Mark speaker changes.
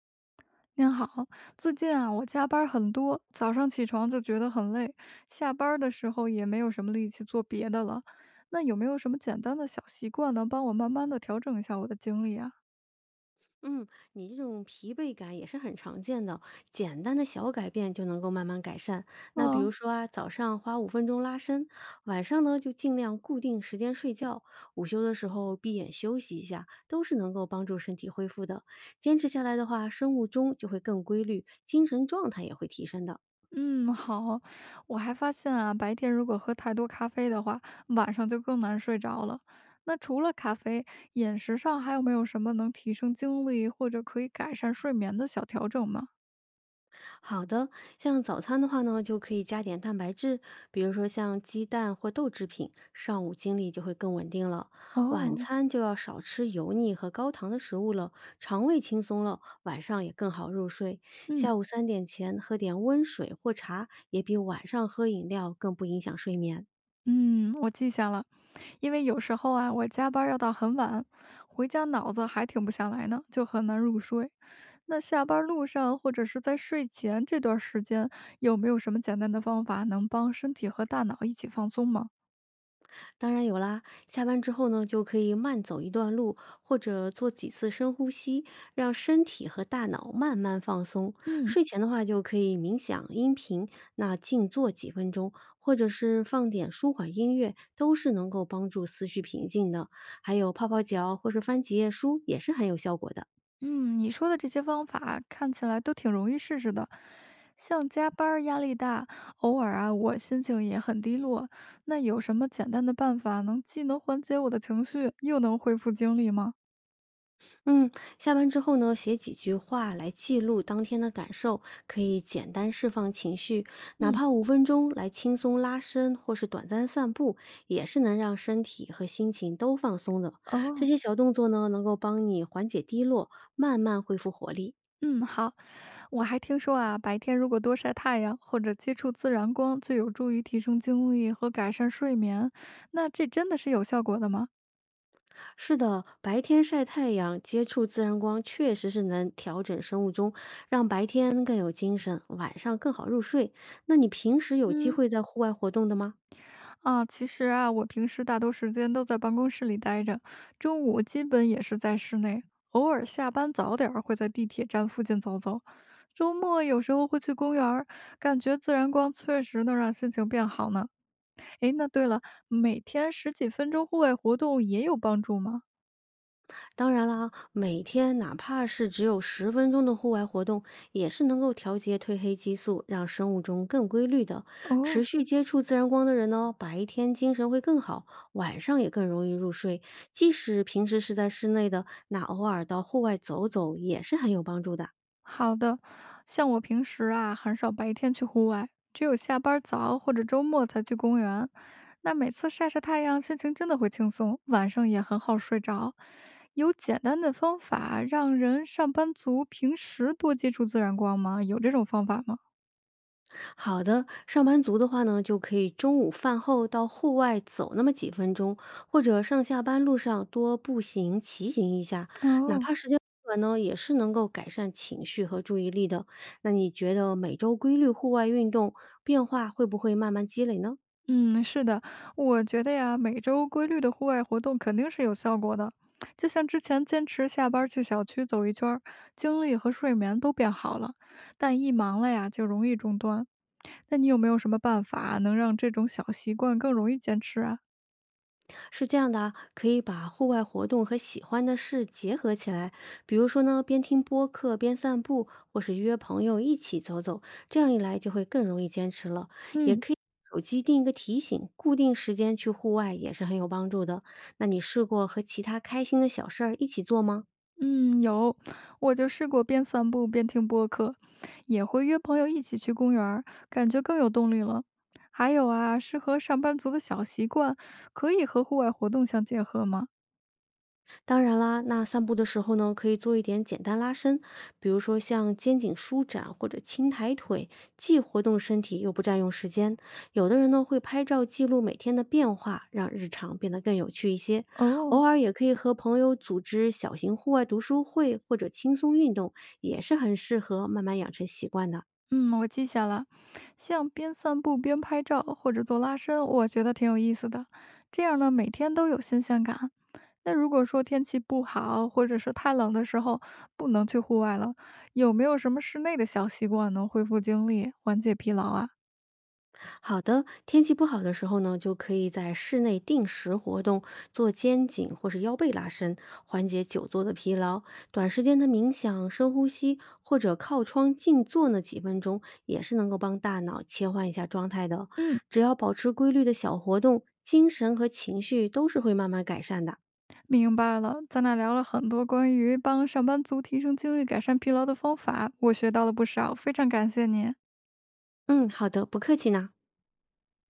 Speaker 1: 您好，最近啊，我加班儿很多，早上起床就觉得很累，下班儿的时候也没有什么力气做别的了。那有没有什么简单的小习惯能帮我慢慢的调整一下我的精力啊？
Speaker 2: 嗯，你这种疲惫感也是很常见的，简单的小改变就能够慢慢改善。那比如
Speaker 1: 嗯
Speaker 2: 说啊，早上花五分钟拉伸，晚上呢就尽量固定时间睡觉，午休的时候闭眼休息一下，都是能够帮助身体恢复的。坚持下来的话，生物钟就会更规律，精神状态也会提升的。
Speaker 1: 嗯，好。我还发现啊，白天如果喝太多咖啡的话，晚上就更难睡着了。那除了咖啡，饮食上还有没有什么能提升精力或者可以改善睡眠的小调整吗？
Speaker 2: 好的，像早餐的话呢，就可以加点蛋白质，比如说像鸡蛋或豆制品，上午精力就会更稳定了。晚
Speaker 1: 哦，
Speaker 2: 餐就要少吃油腻和高糖的食物了，肠胃轻松了，晚上也更好入睡。
Speaker 1: 嗯
Speaker 2: 下午3点前喝点温水或茶，也比晚上喝饮料更不影响睡眠。
Speaker 1: 嗯，我记下了。因为有时候啊，我加班儿要到很晚，回家脑子还停不下来呢，就很难入睡。那下班路上或者是在睡前这段时间，有没有什么简单的方法能帮身体和大脑一起放松吗？
Speaker 2: 当然有啦，下班之后呢，就可以慢走一段路，或者做几次深呼吸，让身体和大脑慢慢放松。
Speaker 1: 嗯
Speaker 2: 睡前的话，就可以冥想、音频，那静坐几分钟，或者是放点舒缓音乐，都是能够帮助思绪平静的。还有泡泡脚或是翻几页书，也是很有效果的。
Speaker 1: 嗯，你说的这些方法看起来都挺容易试试的。像加班儿压力大，偶尔啊，我心情也很低落。那有什么简单的办法能既能缓解我的情绪，又能恢复精力吗？
Speaker 2: 嗯，下班之后呢，写几句话来记录当天的感受，可以简单释放情绪，哪
Speaker 1: 嗯，
Speaker 2: 怕五分钟来轻松拉伸或是短暂散步，也是能让身体和心情都放松的。这
Speaker 1: 哦，
Speaker 2: 些小动作呢，能够帮你缓解低落，慢慢恢复活力。
Speaker 1: 嗯，好。我还听说啊，白天如果多晒太阳或者接触自然光，最有助于提升精力和改善睡眠。那这真的是有效果的吗？
Speaker 2: 是的，白天晒太阳，接触自然光，确实是能调整生物钟，让白天更有精神，晚上更好入睡。那你平时有机
Speaker 1: 嗯，
Speaker 2: 会在户外活动的吗？
Speaker 1: 啊，其实啊，我平时大多时间都在办公室里待着，中午基本也是在室内，偶尔下班早点儿会在地铁站附近走走，周末有时候会去公园儿，感觉自然光确实能让心情变好呢。诶，那对了，每天十几分钟户外活动也有帮助吗？
Speaker 2: 当然啦，每天哪怕是只有10分钟的户外活动，也是能够调节褪黑激素，让生物钟更规律的。持
Speaker 1: 哦，
Speaker 2: 续接触自然光的人呢，白天精神会更好，晚上也更容易入睡。即使平时是在室内的，那偶尔到户外走走也是很有帮助的。
Speaker 1: 好的，像我平时啊，很少白天去户外，只有下班儿早或者周末才去公园。那每次晒晒太阳，心情真的会轻松，晚上也很好睡着。有简单的方法让人上班族平时多接触自然光吗？有这种方法吗？
Speaker 2: 好的，上班族的话呢，就可以中午饭后到户外走那么几分钟，或者上下班路上多步行、骑行一下，哪
Speaker 1: 哦，
Speaker 2: 怕时间不短呢，也是能够改善情绪和注意力的。那你觉得每周规律户外运动变化会不会慢慢积累呢？
Speaker 1: 嗯，是的，我觉得呀，每周规律的户外活动肯定是有效果的。就像之前坚持下班儿去小区走一圈儿，精力和睡眠都变好了，但一忙了呀，就容易中断。那你有没有什么办法能让这种小习惯更容易坚持啊？
Speaker 2: 是这样的啊，可以把户外活动和喜欢的事结合起来，比如说呢，边听播客边散步，或是约朋友一起走走，这样一来就会更容易坚持了。
Speaker 1: 嗯，
Speaker 2: 手机定一个提醒，固定时间去户外也是很有帮助的。那你试过和其他开心的小事儿一起做吗？
Speaker 1: 嗯，有，我就试过边散步边听播客，也会约朋友一起去公园儿，感觉更有动力了。还有啊，适合上班族的小习惯，可以和户外活动相结合吗？
Speaker 2: 当然啦，那散步的时候呢，可以做一点简单拉伸，比如说像肩颈舒展或者轻抬腿，既活动身体又不占用时间。有的人呢会拍照记录每天的变化，让日常变得更有趣一些。
Speaker 1: 哦，
Speaker 2: 偶尔也可以和朋友组织小型户外读书会或者轻松运动，也是很适合慢慢养成习惯的。
Speaker 1: 嗯，我记下了。像边散步边拍照或者做拉伸，我觉得挺有意思的。这样呢，每天都有新鲜感。那如果说天气不好，或者是太冷的时候，不能去户外了，有没有什么室内的小习惯能恢复精力、缓解疲劳啊？
Speaker 2: 好的，天气不好的时候呢，就可以在室内定时活动，做肩颈或是腰背拉伸，缓解久坐的疲劳。短时间的冥想、深呼吸或者靠窗静坐呢几分钟，也是能够帮大脑切换一下状态的。
Speaker 1: 嗯，
Speaker 2: 只要保持规律的小活动，精神和情绪都是会慢慢改善的。
Speaker 1: 明白了。咱俩聊了很多关于帮上班族提升精力、改善疲劳的方法，我学到了不少，非常感谢你。
Speaker 2: 嗯，好的，不客气呢。